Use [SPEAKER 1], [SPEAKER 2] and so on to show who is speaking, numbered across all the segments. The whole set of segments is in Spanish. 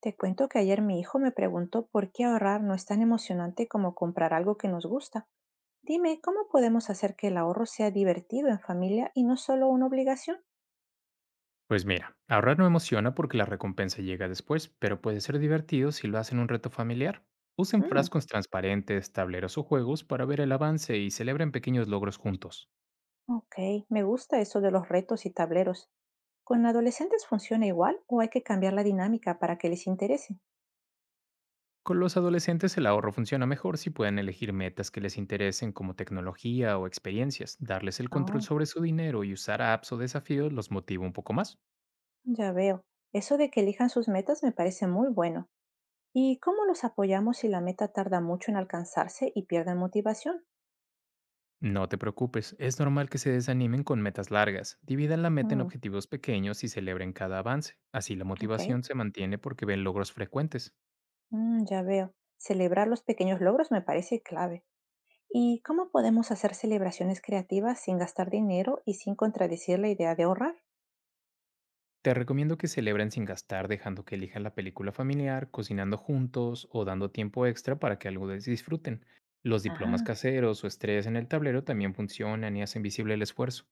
[SPEAKER 1] Te cuento que ayer mi hijo me preguntó por qué ahorrar no es tan emocionante como comprar algo que nos gusta. Dime, ¿cómo podemos hacer que el ahorro sea divertido en familia y no solo una obligación?
[SPEAKER 2] Pues mira, ahorrar no emociona porque la recompensa llega después, pero puede ser divertido si lo hacen un reto familiar. Usen
[SPEAKER 1] Mm,
[SPEAKER 2] frascos transparentes, tableros o juegos para ver el avance y celebren pequeños logros juntos.
[SPEAKER 1] ok, me gusta eso de los retos y tableros. ¿Con adolescentes funciona igual o hay que cambiar la dinámica para que les interese?
[SPEAKER 2] Con los adolescentes el ahorro funciona mejor si pueden elegir metas que les interesen como tecnología o experiencias, darles el control
[SPEAKER 1] Oh,
[SPEAKER 2] sobre su dinero y usar apps o desafíos los motiva un poco más.
[SPEAKER 1] ya veo. Eso de que elijan sus metas me parece muy bueno. ¿Y cómo los apoyamos si la meta tarda mucho en alcanzarse y pierden motivación?
[SPEAKER 2] No te preocupes, es normal que se desanimen con metas largas. Dividan la meta en
[SPEAKER 1] Mm,
[SPEAKER 2] objetivos pequeños y celebren cada avance. Así la
[SPEAKER 1] ok.
[SPEAKER 2] motivación se mantiene porque ven logros frecuentes.
[SPEAKER 1] Ya veo. Celebrar los pequeños logros me parece clave. ¿Y cómo podemos hacer celebraciones creativas sin gastar dinero y sin contradecir la idea de ahorrar?
[SPEAKER 2] Te recomiendo que celebren sin gastar, dejando que elijan la película familiar, cocinando juntos o dando tiempo extra para que algo les disfruten. Los diplomas
[SPEAKER 1] Ah,
[SPEAKER 2] caseros o estrellas en el tablero también funcionan y hacen visible el esfuerzo.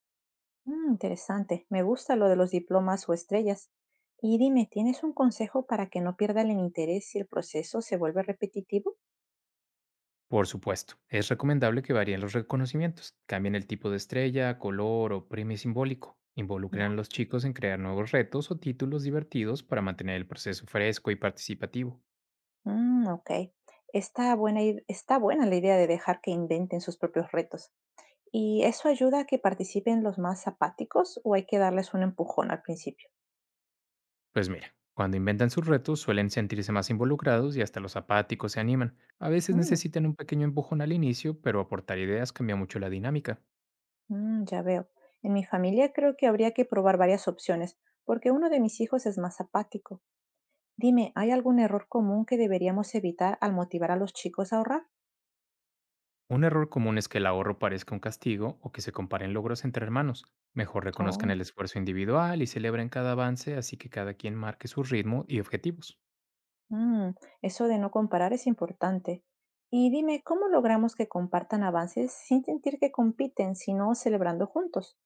[SPEAKER 1] mm, interesante. Me gusta lo de los diplomas o estrellas. Y dime, ¿tienes un consejo para que no pierdan el interés si el proceso se vuelve repetitivo?
[SPEAKER 2] Por supuesto, es recomendable que varíen los reconocimientos, cambien el tipo de estrella, color o premio simbólico. Involucren a
[SPEAKER 1] Ya.
[SPEAKER 2] los chicos en crear nuevos retos o títulos divertidos para mantener el proceso fresco y participativo.
[SPEAKER 1] Mm, ok. Está buena, está buena la idea de dejar que inventen sus propios retos. ¿Y eso ayuda a que participen los más apáticos o hay que darles un empujón al principio?
[SPEAKER 2] Pues mira, cuando inventan sus retos suelen sentirse más involucrados y hasta los apáticos se animan. A veces
[SPEAKER 1] Mm.
[SPEAKER 2] necesitan un pequeño empujón al inicio, pero aportar ideas cambia mucho la dinámica.
[SPEAKER 1] Ya veo. En mi familia creo que habría que probar varias opciones, porque uno de mis hijos es más apático. Dime, ¿hay algún error común que deberíamos evitar al motivar a los chicos a ahorrar?
[SPEAKER 2] Un error común es que el ahorro parezca un castigo o que se comparen logros entre hermanos. Mejor reconozcan el
[SPEAKER 1] Oh,
[SPEAKER 2] esfuerzo individual y celebren cada avance, así que cada quien marque su ritmo y objetivos.
[SPEAKER 1] mm, eso de no comparar es importante. Y dime, ¿cómo logramos que compartan avances sin sentir que compiten, sino celebrando juntos?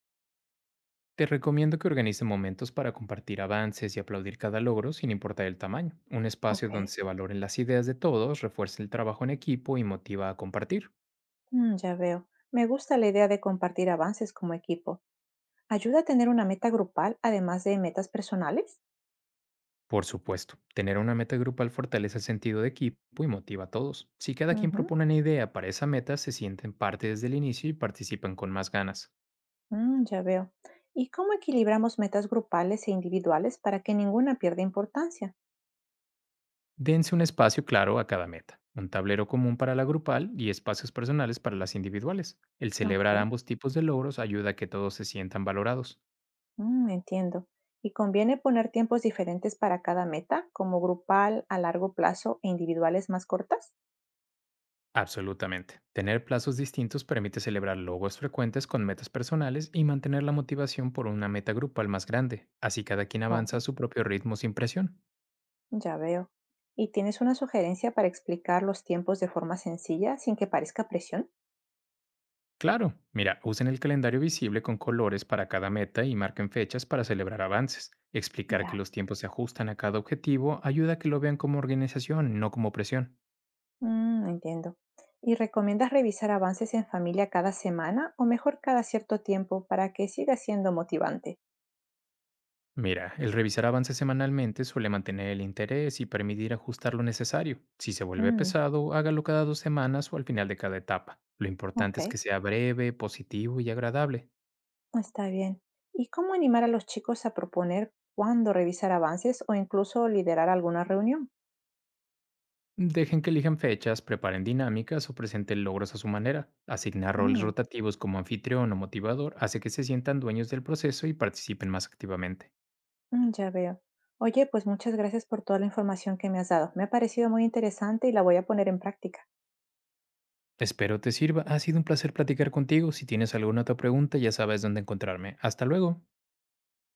[SPEAKER 2] Te recomiendo que organicen momentos para compartir avances y aplaudir cada logro sin importar el tamaño. Un
[SPEAKER 1] Ok,
[SPEAKER 2] espacio donde se valoren las ideas de todos, refuerce el trabajo en equipo y motiva a compartir.
[SPEAKER 1] mm, ya veo. Me gusta la idea de compartir avances como equipo. ¿Ayuda a tener una meta grupal además de metas personales?
[SPEAKER 2] Por supuesto, tener una meta grupal fortalece el sentido de equipo y motiva a todos. Si cada quien
[SPEAKER 1] Ujú.
[SPEAKER 2] propone una idea para esa meta, se sienten parte desde el inicio y participan con más ganas.
[SPEAKER 1] Ya veo. ¿Y cómo equilibramos metas grupales e individuales para que ninguna pierda importancia?
[SPEAKER 2] Dense un espacio claro a cada meta, un tablero común para la grupal y espacios personales para las individuales. El
[SPEAKER 1] Ok,
[SPEAKER 2] celebrar ambos tipos de logros ayuda a que todos se sientan valorados.
[SPEAKER 1] mm, entiendo. ¿Y conviene poner tiempos diferentes para cada meta, como grupal a largo plazo e individuales más cortas?
[SPEAKER 2] Absolutamente. Tener plazos distintos permite celebrar logros frecuentes con metas personales y mantener la motivación por una meta grupal más grande, así cada quien avanza a
[SPEAKER 1] Oh,
[SPEAKER 2] su propio ritmo sin presión.
[SPEAKER 1] ya veo. ¿Y tienes una sugerencia para explicar los tiempos de forma sencilla sin que parezca presión?
[SPEAKER 2] Claro, mira, usen el calendario visible con colores para cada meta y marquen fechas para celebrar avances. Explicar que
[SPEAKER 1] Ya,
[SPEAKER 2] los tiempos se ajustan a cada objetivo ayuda a que lo vean como organización, no como presión.
[SPEAKER 1] mm, entiendo. ¿Y recomiendas revisar avances en familia cada semana o mejor cada cierto tiempo para que siga siendo motivante?
[SPEAKER 2] Mira, el revisar avances semanalmente suele mantener el interés y permitir ajustar lo necesario. Si se vuelve
[SPEAKER 1] Mm,
[SPEAKER 2] pesado, hágalo cada dos semanas o al final de cada etapa. Lo
[SPEAKER 1] ok.
[SPEAKER 2] importante es que sea breve, positivo y agradable.
[SPEAKER 1] Está bien. ¿Y cómo animar a los chicos a proponer cuándo revisar avances o incluso liderar alguna reunión?
[SPEAKER 2] Dejen que elijan fechas, preparen dinámicas o presenten logros a su manera. Asignar roles
[SPEAKER 1] Mm,
[SPEAKER 2] rotativos como anfitrión o motivador hace que se sientan dueños del proceso y participen más activamente.
[SPEAKER 1] ya veo. Oye, pues muchas gracias por toda la información que me has dado. Me ha parecido muy interesante y la voy a poner en práctica.
[SPEAKER 2] Espero te sirva. Ha sido un placer platicar contigo. Si tienes alguna otra pregunta, ya sabes dónde encontrarme. Hasta luego.